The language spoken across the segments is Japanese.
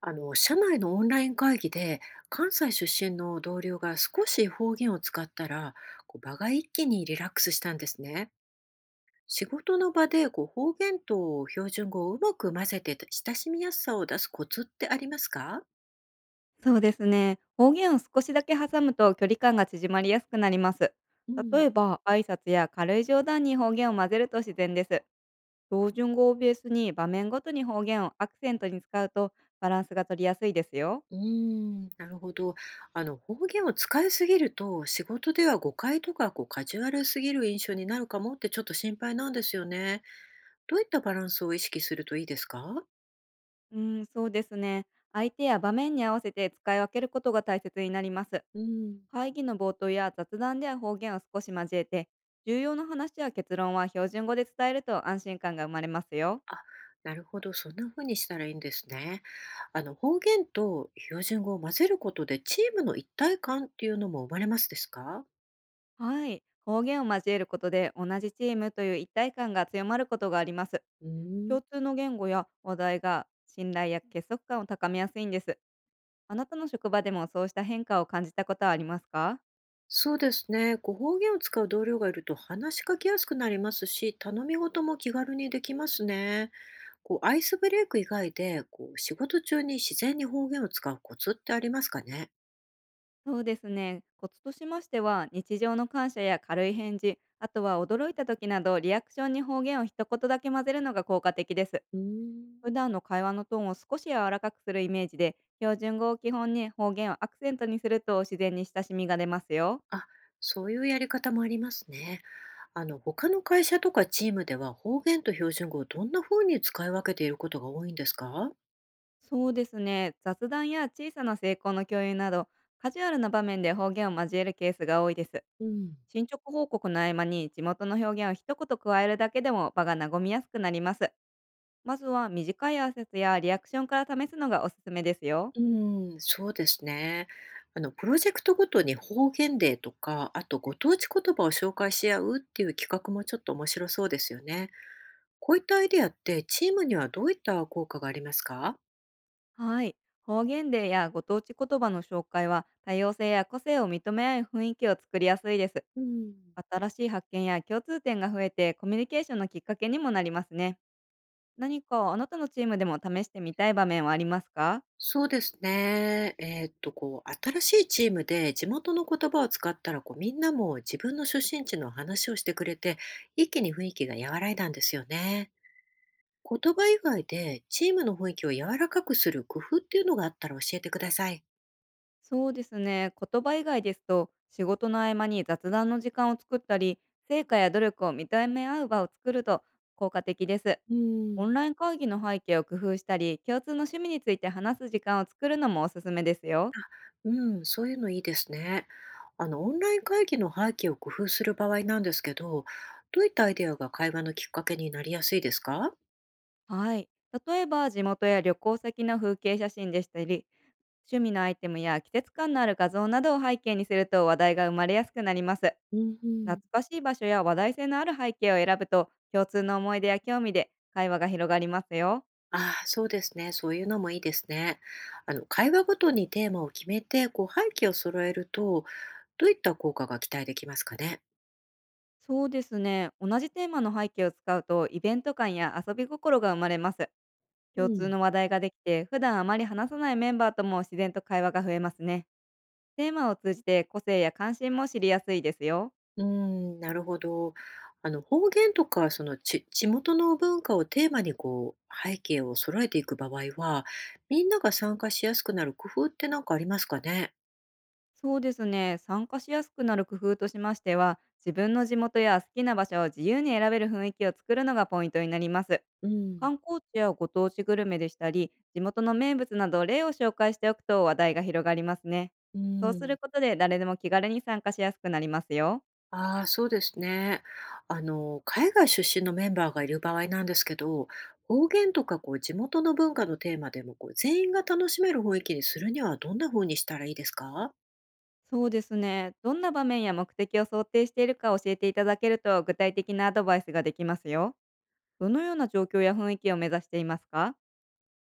社内のオンライン会議で関西出身の同僚が少し方言を使ったら、場が一気にリラックスしたんですね。仕事の場で方言と標準語をうまく混ぜて親しみやすさを出すコツってありますか？そうですね。方言を少しだけ挟むと距離感が縮まりやすくなります。う例ん、えば、挨拶や軽い冗談に方言を混ぜると自然です。標準語をベースに場面ごとに方言をアクセントに使うと、バランスが取りやすいですよ。うーん、なるほど。方言を使いすぎると仕事では誤解とかカジュアルすぎる印象になるかもってちょっと心配なんですよね。どういったバランスを意識するといいですか？うん、そうですね。相手や場面に合わせて使い分けることが大切になります。うん。会議の冒頭や雑談では方言を少し交えて、重要な話や結論は標準語で伝えると安心感が生まれますよ。あ、なるほど、そんな風にしたらいいんですね。方言と標準語を混ぜることで、チームの一体感っていうのも生まれますですか？はい。方言を交えることで同じチームという一体感が強まることがあります。うーん。共通の言語や話題が信頼や結束感を高めやすいんです。あなたの職場でもそうした変化を感じたことはありますか？そうですね。方言を使う同僚がいると話しかけやすくなりますし、頼み事も気軽にできますね。アイスブレイク以外で、仕事中に自然に方言を使うコツってありますかね？そうですね。コツとしましては、日常の感謝や軽い返事、あとは驚いた時などリアクションに方言を一言だけ混ぜるのが効果的です。うーん。普段の会話のトーンを少し柔らかくするイメージで、標準語を基本に方言をアクセントにすると自然に親しみが出ますよ。あ、そういうやり方もありますね。他の会社とかチームでは方言と標準語をどんな風に使い分けていることが多いんですか？そうですね。雑談や小さな成功の共有など、カジュアルな場面で方言を交えるケースが多いです。うん、進捗報告の合間に地元の表現を一言加えるだけでも場が和みやすくなります。まずは短い挨拶やリアクションから試すのがおすすめですよ。うん、そうですね。プロジェクトごとに方言デーとか、あとご当地言葉を紹介し合うっていう企画もちょっと面白そうですよね。こういったアイデアってチームにはどういった効果がありますか？はい。方言でやご当地言葉の紹介は多様性や個性を認め合う雰囲気を作りやすいです。うん。新しい発見や共通点が増えて、コミュニケーションのきっかけにもなりますね。何かあなたのチームでも試してみたい場面はありますか？そうですね。新しいチームで地元の言葉を使ったら、みんなも自分の出身地の話をしてくれて、一気に雰囲気が和らいだんですよね。言葉以外でチームの雰囲気を柔らかくする工夫っていうのがあったら教えてください。そうですね。言葉以外ですと、仕事の合間に雑談の時間を作ったり、成果や努力を認め合う場を作ると効果的です。うオん、ンライン会議の背景を工夫したり、共通の趣味について話す時間を作るのもおすすめですよ。あ、うん、そういうのいいですね。オンライン会議の背景を工夫する場合なんですけど、どういったアイデアが会話のきっかけになりやすいですか？はい。例えば、地元や旅行先の風景写真でしたり、趣味のアイテムや季節感のある画像などを背景にすると話題が生まれやすくなります。うんう懐ん。かしい場所や話題性のある背景を選ぶと、共通の思い出や興味で会話が広がりますよ。ああ、そうですね。そういうのもいいですね。会話ごとにテーマを決めて、背景を揃えると、どういった効果が期待できますかね。そうですね。同じテーマの背景を使うと、イベント感や遊び心が生まれます。う共通ん、の話題ができて、普段あまり話さないメンバーとも自然と会話が増えますね。テーマを通じて個性や関心も知りやすいですよ。うーん、なるほど。方言とか、そのち、地元の文化をテーマに、背景を揃えていく場合は、みんなが参加しやすくなる工夫って何かありますかね。そうですね。参加しやすくなる工夫としましては、自分の地元や好きな場所を自由に選べる雰囲気を作るのがポイントになります。うん、観光地やご当地グルメでしたり、地元の名物など例を紹介しておくと話題が広がりますね。うそうすん。ることで誰でも気軽に参加しやすくなりますよ。ああ、そうですね。海外出身のメンバーがいる場合なんですけど、方言とか地元の文化のテーマでも全員が楽しめる雰囲気にするにはどんな風にしたらいいですか？そうですね。どんな場面や目的を想定しているか教えていただけると、具体的なアドバイスができますよ。どのような状況や雰囲気を目指していますか？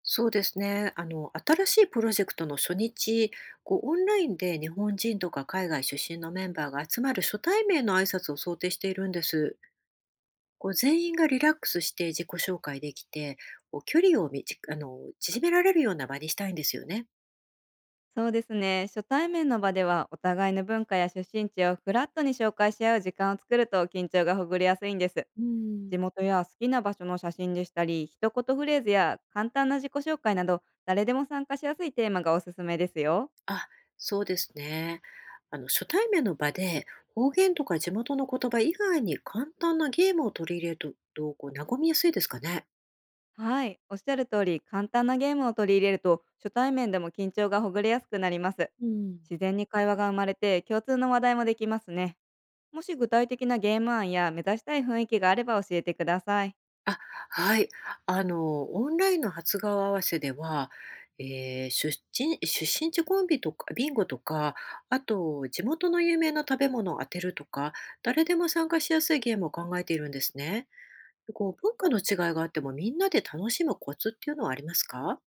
そうですね。新しいプロジェクトの初日、オンラインで日本人とか海外出身のメンバーが集まる初対面の挨拶を想定しているんです。全員がリラックスして自己紹介できて、距離をみじあの縮められるような場にしたいんですよね。そうですね。初対面の場ではお互いの文化や出身地をフラットに紹介し合う時間を作ると、緊張がほぐれやすいんです。うん。地元や好きな場所の写真でしたり、一言フレーズや簡単な自己紹介など、誰でも参加しやすいテーマがおすすめですよ。あ、そうですね。初対面の場で方言とか地元の言葉以外に簡単なゲームを取り入れると、どうこう和みやすいですかね。はい、おっしゃる通り、簡単なゲームを取り入れると、初対面でも緊張がほぐれやすくなります。うん。自然に会話が生まれて、共通の話題もできますね。もし具体的なゲーム案や目指したい雰囲気があれば教えてください。あ、はい。オンラインの初顔合わせでは、出身地コンビとか、ビンゴとか、あと、地元の有名な食べ物を当てるとか、誰でも参加しやすいゲームを考えているんですね。文化の違いがあっても、みんなで楽しむコツっていうのはありますか？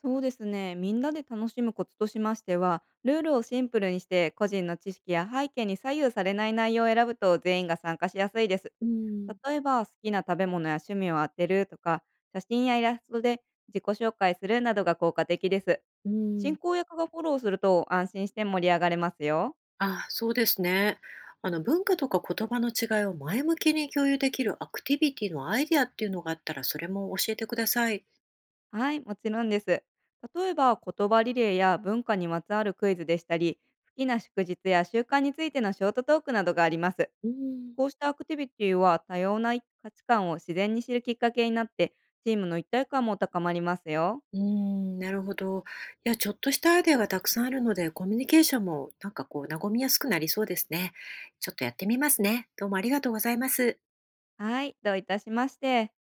そうですね。みんなで楽しむコツとしましては、ルールをシンプルにして、個人の知識や背景に左右されない内容を選ぶと、全員が参加しやすいです。うん。例えば、好きな食べ物や趣味を当てるとか、写真やイラストで自己紹介するなどが効果的です。う進ん、行役がフォローすると安心して盛り上がれますよ。あ、そうですね。文化とか言葉の違いを前向きに共有できるアクティビティのアイディアっていうのがあったらそれも教えてください。はい、もちろんです。例えば、言葉リレーや文化にまつわるクイズでしたり、好きな祝日や習慣についてのショートトークなどがあります。うん、こうしたアクティビティは多様な価値観を自然に知るきっかけになって、チームの一体感も高まりますよ。うーん、なるほど。いや、ちょっとしたアイデアがたくさんあるので、コミュニケーションもなんか和みやすくなりそうですね。ちょっとやってみますね。どうもありがとうございます。はい、どういたしまして。